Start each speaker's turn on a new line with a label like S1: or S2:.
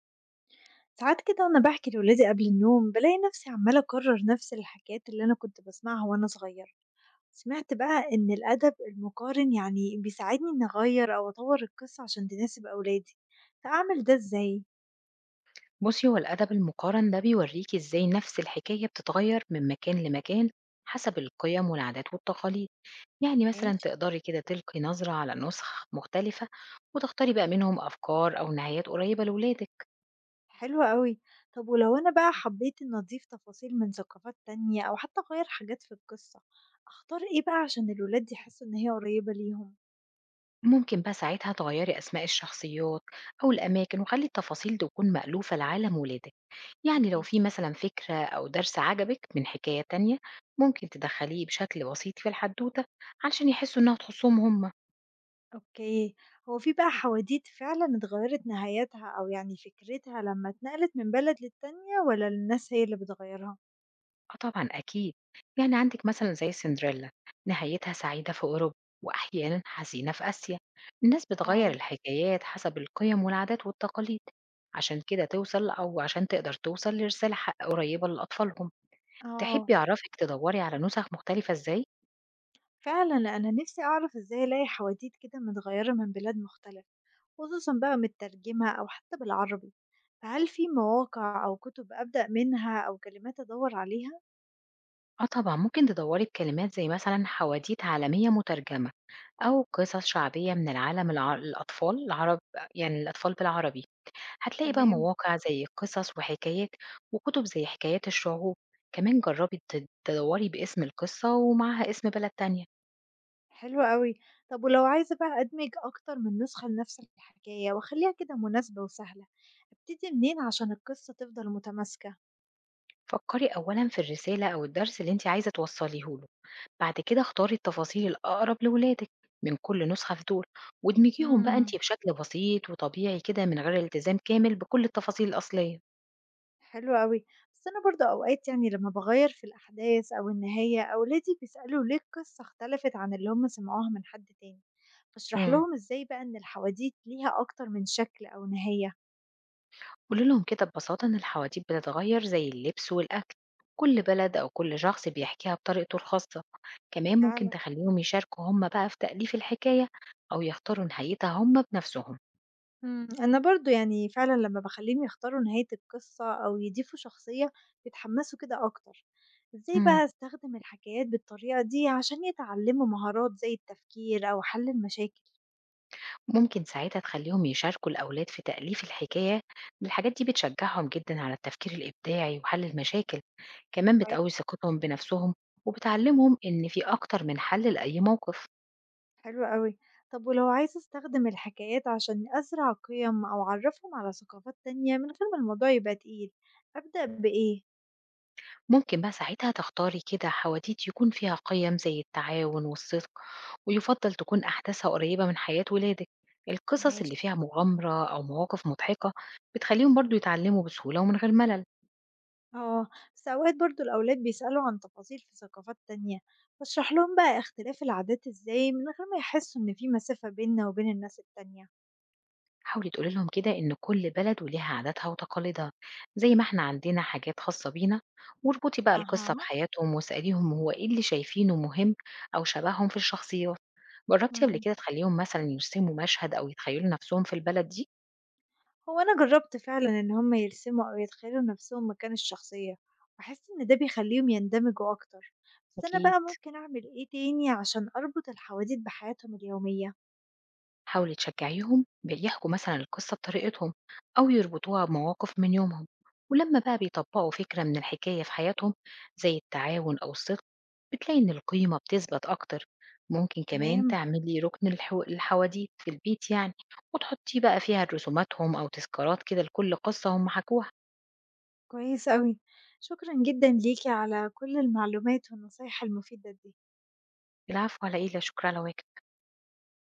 S1: ساعات كده وأنا باحكي لولادي قبل النوم بالاقي نفسي عمّالة أكرر نفس الحكايات اللي أنا كنت باسمعها وأنا صغيرة، سمعت بقى إن الأدب المقارن بيساعدني إني أغيّر أو أطوّر القصة عشان تناسب أولادي، فأعمل ده إزاي؟
S2: بُصّي، هو الأدب المقارن ده بيورّيكِ إزاي نفس الحكاية بتتغيّر من مكان لمكان حسب القيم والعادات والتقاليد، يعني مثلًا
S1: ماشي.
S2: تقدري كده تلقي نظرة على نُسخ مختلفة وتختاري بقى منهم أفكار أو نهايات قريّبة لولادِك،
S1: حلو أوي، طب ولو أنا بقى حبيت إني أضيف تفاصيل من ثقافات تانية أو حتى أغيّر حاجات في القصة، أختار إيه بقى عشان الولاد يحسوا إن هي قريبة ليهم؟
S2: ممكن بقى ساعتها تغيّري أسماء الشخصيات أو الأماكن وخلّي التفاصيل تكون مألوفة لعالم ولادِك، يعني لو في
S1: ماشي.
S2: مثلًا فكرة أو درس عجبِك من حكاية تانية ممكن تدخّليه بشكل بسيط في الحدوتة علشان يحسّوا إنها تخصّهم هم.
S1: أوكي، هو في بقى حواديت فعلًا اتغيّرت نهايتها أو فكرتها لمّا اتنقلت من بلد للتانية والّا الناس هي اللي بتغيّرها؟
S2: آه طبعًا أكيد، يعني عندِك مثلًا زي سندريلا نهايتها سعيدة في أوروبا وأحيانًا حزينة في آسيا، الناس
S1: واو!
S2: بتغيّر الحكايات حسب القيم والعادات والتقاليد، عشان كده توصل أو عشان تقدر توصل لرسالة قريبة لأطفالهم،
S1: آه،
S2: تحبي أعرفِك تدوّري على نسخ مختلفة إزاي؟
S1: فعلًا لأ، أنا نفسي أعرف إزاي ألاقي حواديت كده متغيّرة من بلاد مختلفة، خصوصًا بقى مترجمة أو حتى بالعربي، فهل في مواقع أو كتب أبدأ منها أو كلمات أدوّر عليها؟
S2: آه طبعًا، ممكن تدوّري بكلمات زي مثلًا حواديت عالمية مترجمة أو قصص شعبية من العالم الأطفال العرب، يعني الأطفال بالعربي. هتلاقي بقى
S1: تمام.
S2: مواقع زي قصص وحكايات، وكتب زي حكايات الشعوب. كمان جربي تدوري باسم القصة ومعها اسم بلد تانية.
S1: حلو أوي. طب ولو عايزة بقى أدمج أكتر من نسخة لنفس الحكاية وأخليها كده مناسبة وسهلة، أبتدي منين عشان القصة تفضل متماسكة؟
S2: فكري أولا في الرسالة أو الدرس اللي انت عايزة توصليه له، بعد كده اختاري التفاصيل الأقرب لولادك من كل نسخة في دول، وادمجيهم بقى
S1: مم.
S2: انت بشكل بسيط وطبيعي كده من غير التزام كامل بكل التفاصيل الأصلية.
S1: حلو أوي. بس أنا برضه أوقات لما بغير في الأحداث أو النهاية أولادي بيسألوا ليه القصة اختلفت عن اللي هم سمعوها من حد تاني، بشرح
S2: مم.
S1: لهم إزاي بقى إن الحواديت ليها أكتر من شكل أو نهاية.
S2: قولي لهم كده ببساطة إن الحواديت بتتغير زي اللبس والأكل، كل بلد أو كل شخص بيحكيها بطريقته الخاصة. كمان ممكن
S1: فعلا.
S2: تخليهم يشاركوا هم بقى في تأليف الحكاية أو يختاروا نهايتها هم بنفسهم.
S1: إمم، أنا برضه فعلًا لمّا باخلّيهم يختاروا نهاية القصة أو يضيفوا شخصية بيتحمّسوا كده أكتر، إزاي
S2: مم.
S1: بقى أستخدم الحكايات بالطريقة دي عشان يتعلموا مهارات زي التفكير أو حل المشاكل؟
S2: ممكن ساعتها تخليهم يشاركوا الأولاد في تأليف الحكاية، الحاجات دي بتشجعهم جدا على التفكير الإبداعي وحل المشاكل، كمان بتقوي
S1: كويس.
S2: ثقتهم بنفسهم وبتعلمهم إن في أكتر من حل لأي موقف.
S1: حلو أوي، طب ولو عايزة أستخدم الحكايات عشان أزرع قِيَم أو أعرّفهم على ثقافات تانية من غير ما الموضوع يبقى تقيل، أبدأ بإيه؟
S2: ممكن بقى ساعتها تختاري كده حواديت يكون فيها قيم زي التعاون والصدق، ويفضل تكون أحداثها قريبة من حياة ولادك. القصص اللي
S1: ماشي.
S2: فيها مغامرة أو مواقف مضحكة بتخليهم برضو يتعلموا بسهولة ومن غير ملل.
S1: اه، بس اوقات برضو الاولاد بيسألوا عن تفاصيل في ثقافات تانية، بشرح لهم بقى اختلاف العادات ازاي من غير ما يحسوا ان في مسافة بيننا وبين الناس التانية.
S2: حاولي تقولي لهم كده إن كل بلد وليها عاداتها وتقاليدها، زي ما احنا عندنا حاجات خاصة بينا، واربطي بقى القصة
S1: أها.
S2: بحياتهم واسأليهم هو ايه اللي شايفينه مهم أو شبههم في الشخصيات. جربتي قبل
S1: مم.
S2: كده تخليهم مثلا يرسموا مشهد أو يتخيلوا نفسهم في البلد دي؟
S1: هو انا جربت فعلا ان هم يرسموا او يتخيلوا نفسهم مكان الشخصية، بحس ان ده بيخليهم يندمجوا اكتر، بس انا
S2: أكيد
S1: بقى ممكن اعمل ايه تاني عشان اربط الحواديت بحياتهم اليومية.
S2: حاولي تشجعيهم بيحكوا مثلا القصة بطريقتهم أو يربطوها بمواقف من يومهم، ولما بقى بيطبقوا فكرة من الحكاية في حياتهم زي التعاون أو الصدق بتلاقي إن القيمة بتثبت أكتر. ممكن كمان
S1: تمام.
S2: تعملي ركن الحواديت في البيت يعني، وتحطيه بقى فيها رسوماتهم أو تذكارات كده لكل قصة هم حكوها.
S1: كويس قوي، شكرا جدا ليكي على كل المعلومات والنصايح المفيدة دي.
S2: العفو على إيه، لا شكر على واجب.